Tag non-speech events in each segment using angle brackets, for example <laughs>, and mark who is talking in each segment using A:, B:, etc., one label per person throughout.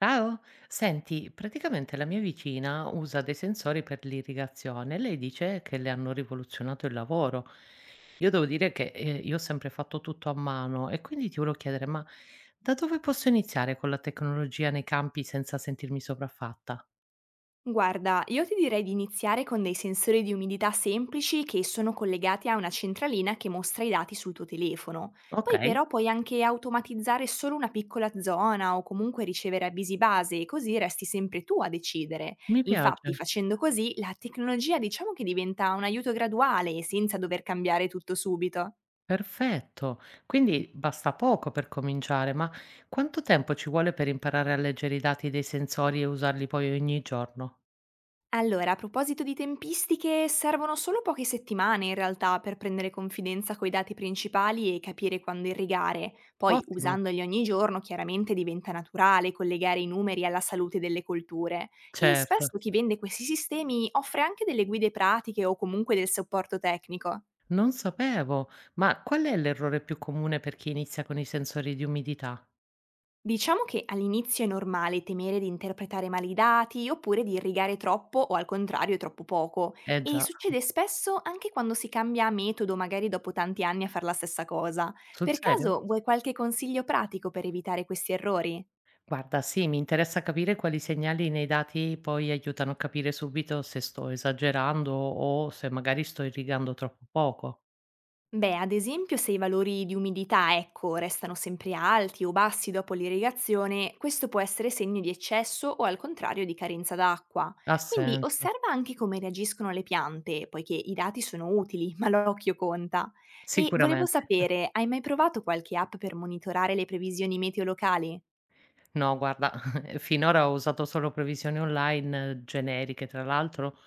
A: Ciao, senti, praticamente la mia vicina usa dei sensori per l'irrigazione e lei dice che le hanno rivoluzionato il lavoro. Io devo dire che io ho sempre fatto tutto a mano e quindi ti volevo chiedere, ma da dove posso iniziare con la tecnologia nei campi senza sentirmi sopraffatta?
B: Guarda, io ti direi di iniziare con dei sensori di umidità semplici che sono collegati a una centralina che mostra i dati sul tuo telefono.
A: Ok,
B: Poi però puoi anche automatizzare solo una piccola zona o comunque ricevere avvisi base, così resti sempre tu a decidere.
A: mi piace,
B: Infatti, facendo così, la tecnologia diciamo che diventa un aiuto graduale, senza dover cambiare tutto subito.
A: perfetto. Quindi basta poco per cominciare, ma quanto tempo ci vuole per imparare a leggere i dati dei sensori e usarli poi ogni giorno?
B: Allora, a proposito di tempistiche, servono solo poche settimane in realtà per prendere confidenza coi dati principali e capire quando irrigare. Poi,
A: Ottimo,
B: usandoli ogni giorno, chiaramente diventa naturale collegare i numeri alla salute delle colture. E
A: certo.
B: spesso chi vende questi sistemi offre anche delle guide pratiche o comunque del supporto tecnico.
A: Non sapevo, ma qual è l'errore più comune per chi inizia con i sensori di umidità?
B: Diciamo che all'inizio è normale temere di interpretare male i dati oppure di irrigare troppo o al contrario troppo poco
A: Eh
B: e
A: già,
B: succede spesso anche quando si cambia metodo, magari dopo tanti anni a fare la stessa cosa.
A: sul
B: Per
A: serio?
B: caso vuoi qualche consiglio pratico per evitare questi errori?
A: Guarda, sì, mi interessa capire quali segnali nei dati poi aiutano a capire subito se sto esagerando o se magari sto irrigando troppo poco.
B: Beh, ad esempio, se i valori di umidità, ecco, restano sempre alti o bassi dopo l'irrigazione, questo può essere segno di eccesso o al contrario di carenza d'acqua.
A: Ha
B: Quindi
A: senso,
B: osserva anche come reagiscono le piante, poiché i dati sono utili, <laughs> ma l'occhio conta. E volevo
A: sicuramente.
B: sapere, hai mai provato qualche app per monitorare le previsioni meteo locali?
A: No, guarda, <laughs> finora ho usato solo previsioni online generiche, tra l'altro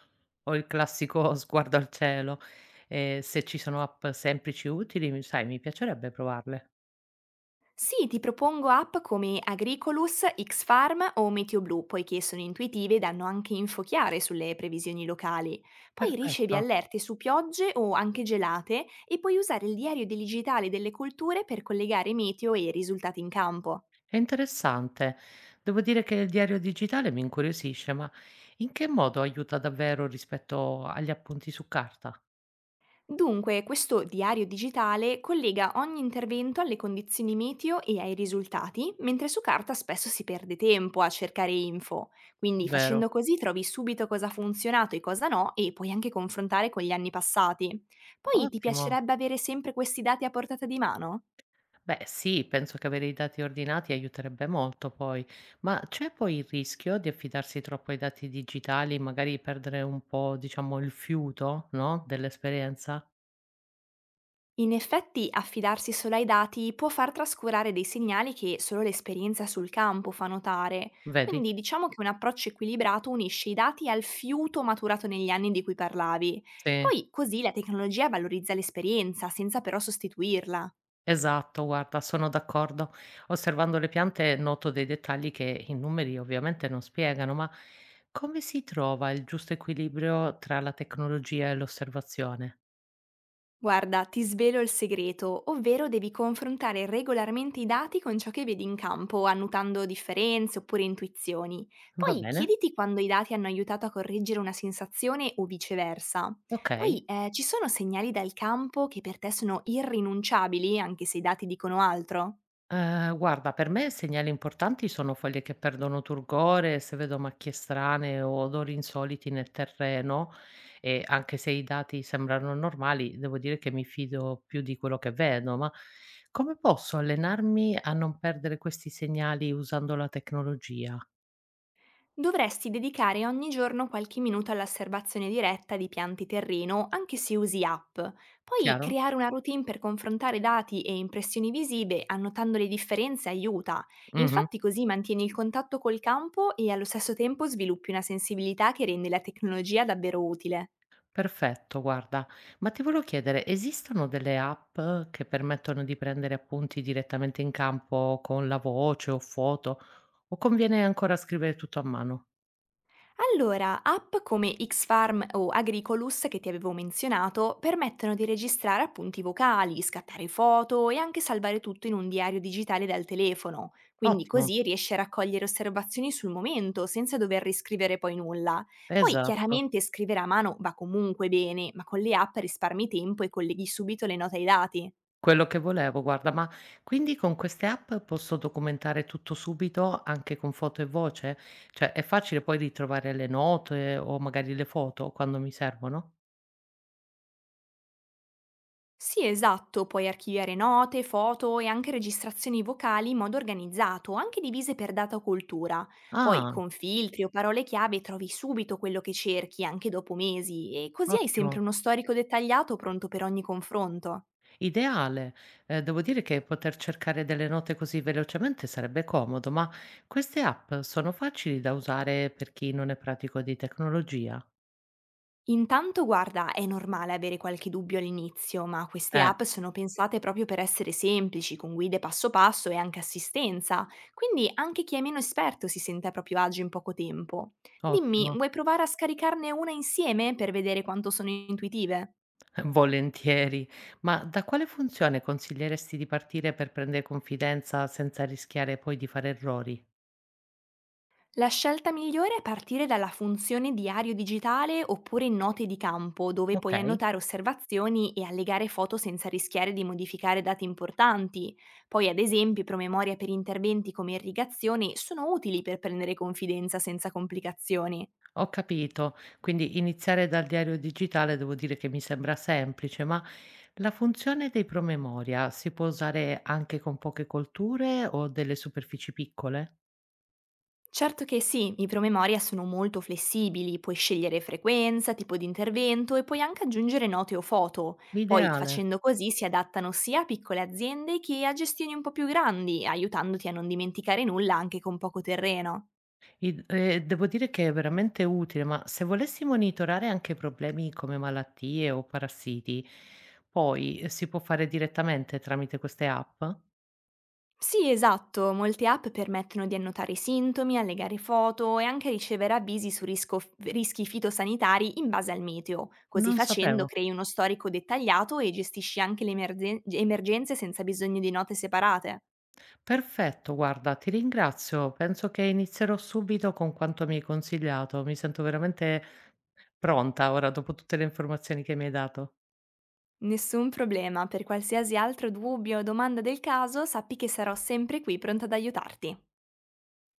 A: ho il classico <laughs> sguardo al cielo. Se ci sono app semplici e utili, sai, mi piacerebbe provarle.
B: Sì, ti propongo app come Agricolus, Xfarm o MeteoBlu, poiché sono intuitive e danno anche info chiare sulle previsioni locali. Poi ricevi
A: Perfetto,
B: allerte su piogge o anche gelate e puoi usare il diario digitale delle colture per collegare meteo e risultati in campo.
A: è interessante. Devo dire che il diario digitale mi incuriosisce, ma in che modo aiuta davvero rispetto agli appunti su carta?
B: Dunque, questo diario digitale collega ogni intervento alle condizioni meteo e ai risultati, mentre su carta spesso si perde tempo a cercare info. Quindi
A: Vero?
B: facendo così trovi subito cosa ha funzionato e cosa no e puoi anche confrontare con gli anni passati. Poi ti
A: Ottimo.
B: piacerebbe avere sempre questi dati a portata di mano?
A: Beh, sì, penso che avere i dati ordinati aiuterebbe molto poi, ma c'è poi il rischio di affidarsi troppo ai dati digitali, magari perdere un po', diciamo, il fiuto, no? Dell'esperienza?
B: In effetti, affidarsi solo ai dati può far trascurare dei segnali che solo l'esperienza sul campo fa notare,
A: Vedi?
B: quindi diciamo che un approccio equilibrato unisce i dati al fiuto maturato negli anni di cui parlavi.
A: Sì.
B: Poi così la tecnologia valorizza l'esperienza senza però sostituirla.
A: Esatto, guarda, sono d'accordo. Osservando le piante noto dei dettagli che i numeri ovviamente non spiegano, ma come si trova il giusto equilibrio tra la tecnologia e l'osservazione?
B: Guarda, ti svelo il segreto, ovvero devi confrontare regolarmente i dati con ciò che vedi in campo, annotando differenze oppure intuizioni.
A: Va
B: Poi
A: bene?
B: chiediti quando i dati hanno aiutato a correggere una sensazione o viceversa.
A: Ok.
B: Poi, ci sono segnali dal campo che per te sono irrinunciabili, anche se i dati dicono altro?
A: Guarda, per me segnali importanti sono foglie che perdono turgore, se vedo macchie strane o odori insoliti nel terreno e anche se i dati sembrano normali, devo dire che mi fido più di quello che vedo, ma come posso allenarmi a non perdere questi segnali usando la tecnologia?
B: Dovresti dedicare ogni giorno qualche minuto all'osservazione diretta di piante terreno, anche se usi app. Poi
A: Chiaro?
B: creare una routine per confrontare dati e impressioni visive, annotando le differenze, aiuta.
A: Mh-mh.
B: Infatti così mantieni il contatto col campo e allo stesso tempo sviluppi una sensibilità che rende la tecnologia davvero utile.
A: Perfetto, guarda. Ma ti volevo chiedere, esistono delle app che permettono di prendere appunti direttamente in campo con la voce o foto, o conviene ancora scrivere tutto a mano?
B: Allora, app come Xfarm o Agricolus che ti avevo menzionato permettono di registrare appunti vocali, scattare foto e anche salvare tutto in un diario digitale dal telefono, quindi
A: Ottimo,
B: così riesci a raccogliere osservazioni sul momento senza dover riscrivere poi nulla. Poi
A: esatto,
B: chiaramente scrivere a mano va comunque bene, ma con le app risparmi tempo e colleghi subito le note ai dati.
A: quello che volevo, guarda, ma quindi con queste app posso documentare tutto subito anche con foto e voce? Cioè, è facile poi ritrovare le note o magari le foto quando mi servono?
B: Sì, esatto, puoi archiviare note, foto e anche registrazioni vocali in modo organizzato, anche divise per data o cultura. Poi
A: Ah,
B: con filtri o parole chiave trovi subito quello che cerchi, anche dopo mesi, e così hai sempre
A: ottimo.
B: uno storico dettagliato pronto per ogni confronto.
A: Ideale. Devo dire che poter cercare delle note così velocemente sarebbe comodo, ma queste app sono facili da usare per chi non è pratico di tecnologia?
B: Intanto guarda, è normale avere qualche dubbio all'inizio, ma queste
A: Eh,
B: app sono pensate proprio per essere semplici, con guide passo passo e anche assistenza, quindi anche chi è meno esperto si sente a proprio agio in poco tempo. Dimmi,
A: ottimo,
B: vuoi provare a scaricarne una insieme per vedere quanto sono intuitive?
A: <laughs> volentieri. Ma da quale funzione consiglieresti di partire per prendere confidenza senza rischiare poi di fare errori?
B: La scelta migliore è partire dalla funzione diario digitale oppure note di campo, dove
A: Ok.
B: puoi annotare osservazioni e allegare foto senza rischiare di modificare dati importanti. Poi, ad esempio, promemoria per interventi come irrigazione sono utili per prendere confidenza senza complicazioni.
A: Ho capito, quindi iniziare dal diario digitale devo dire che mi sembra semplice, ma la funzione dei promemoria si può usare anche con poche colture o delle superfici piccole?
B: Certo che sì, i promemoria sono molto flessibili, puoi scegliere frequenza, tipo di intervento e puoi anche aggiungere note o foto. Poi,
A: L'ideale.
B: facendo così, si adattano sia a piccole aziende che a gestioni un po' più grandi, aiutandoti a non dimenticare nulla anche con poco terreno.
A: Devo dire che è veramente utile, ma se volessi monitorare anche problemi come malattie o parassiti, poi si può fare direttamente tramite queste app?
B: Sì, esatto, molte app permettono di annotare i sintomi, allegare foto e anche ricevere avvisi su rischi fitosanitari in base al meteo. Così
A: Non
B: facendo
A: sapevo.
B: crei uno storico dettagliato e gestisci anche le emergenze senza bisogno di note separate.
A: Perfetto, guarda, ti ringrazio. Penso che inizierò subito con quanto mi hai consigliato. Mi sento veramente pronta ora dopo tutte le informazioni che mi hai dato.
B: Nessun problema, per qualsiasi altro dubbio o domanda del caso sappi che sarò sempre qui pronta ad aiutarti.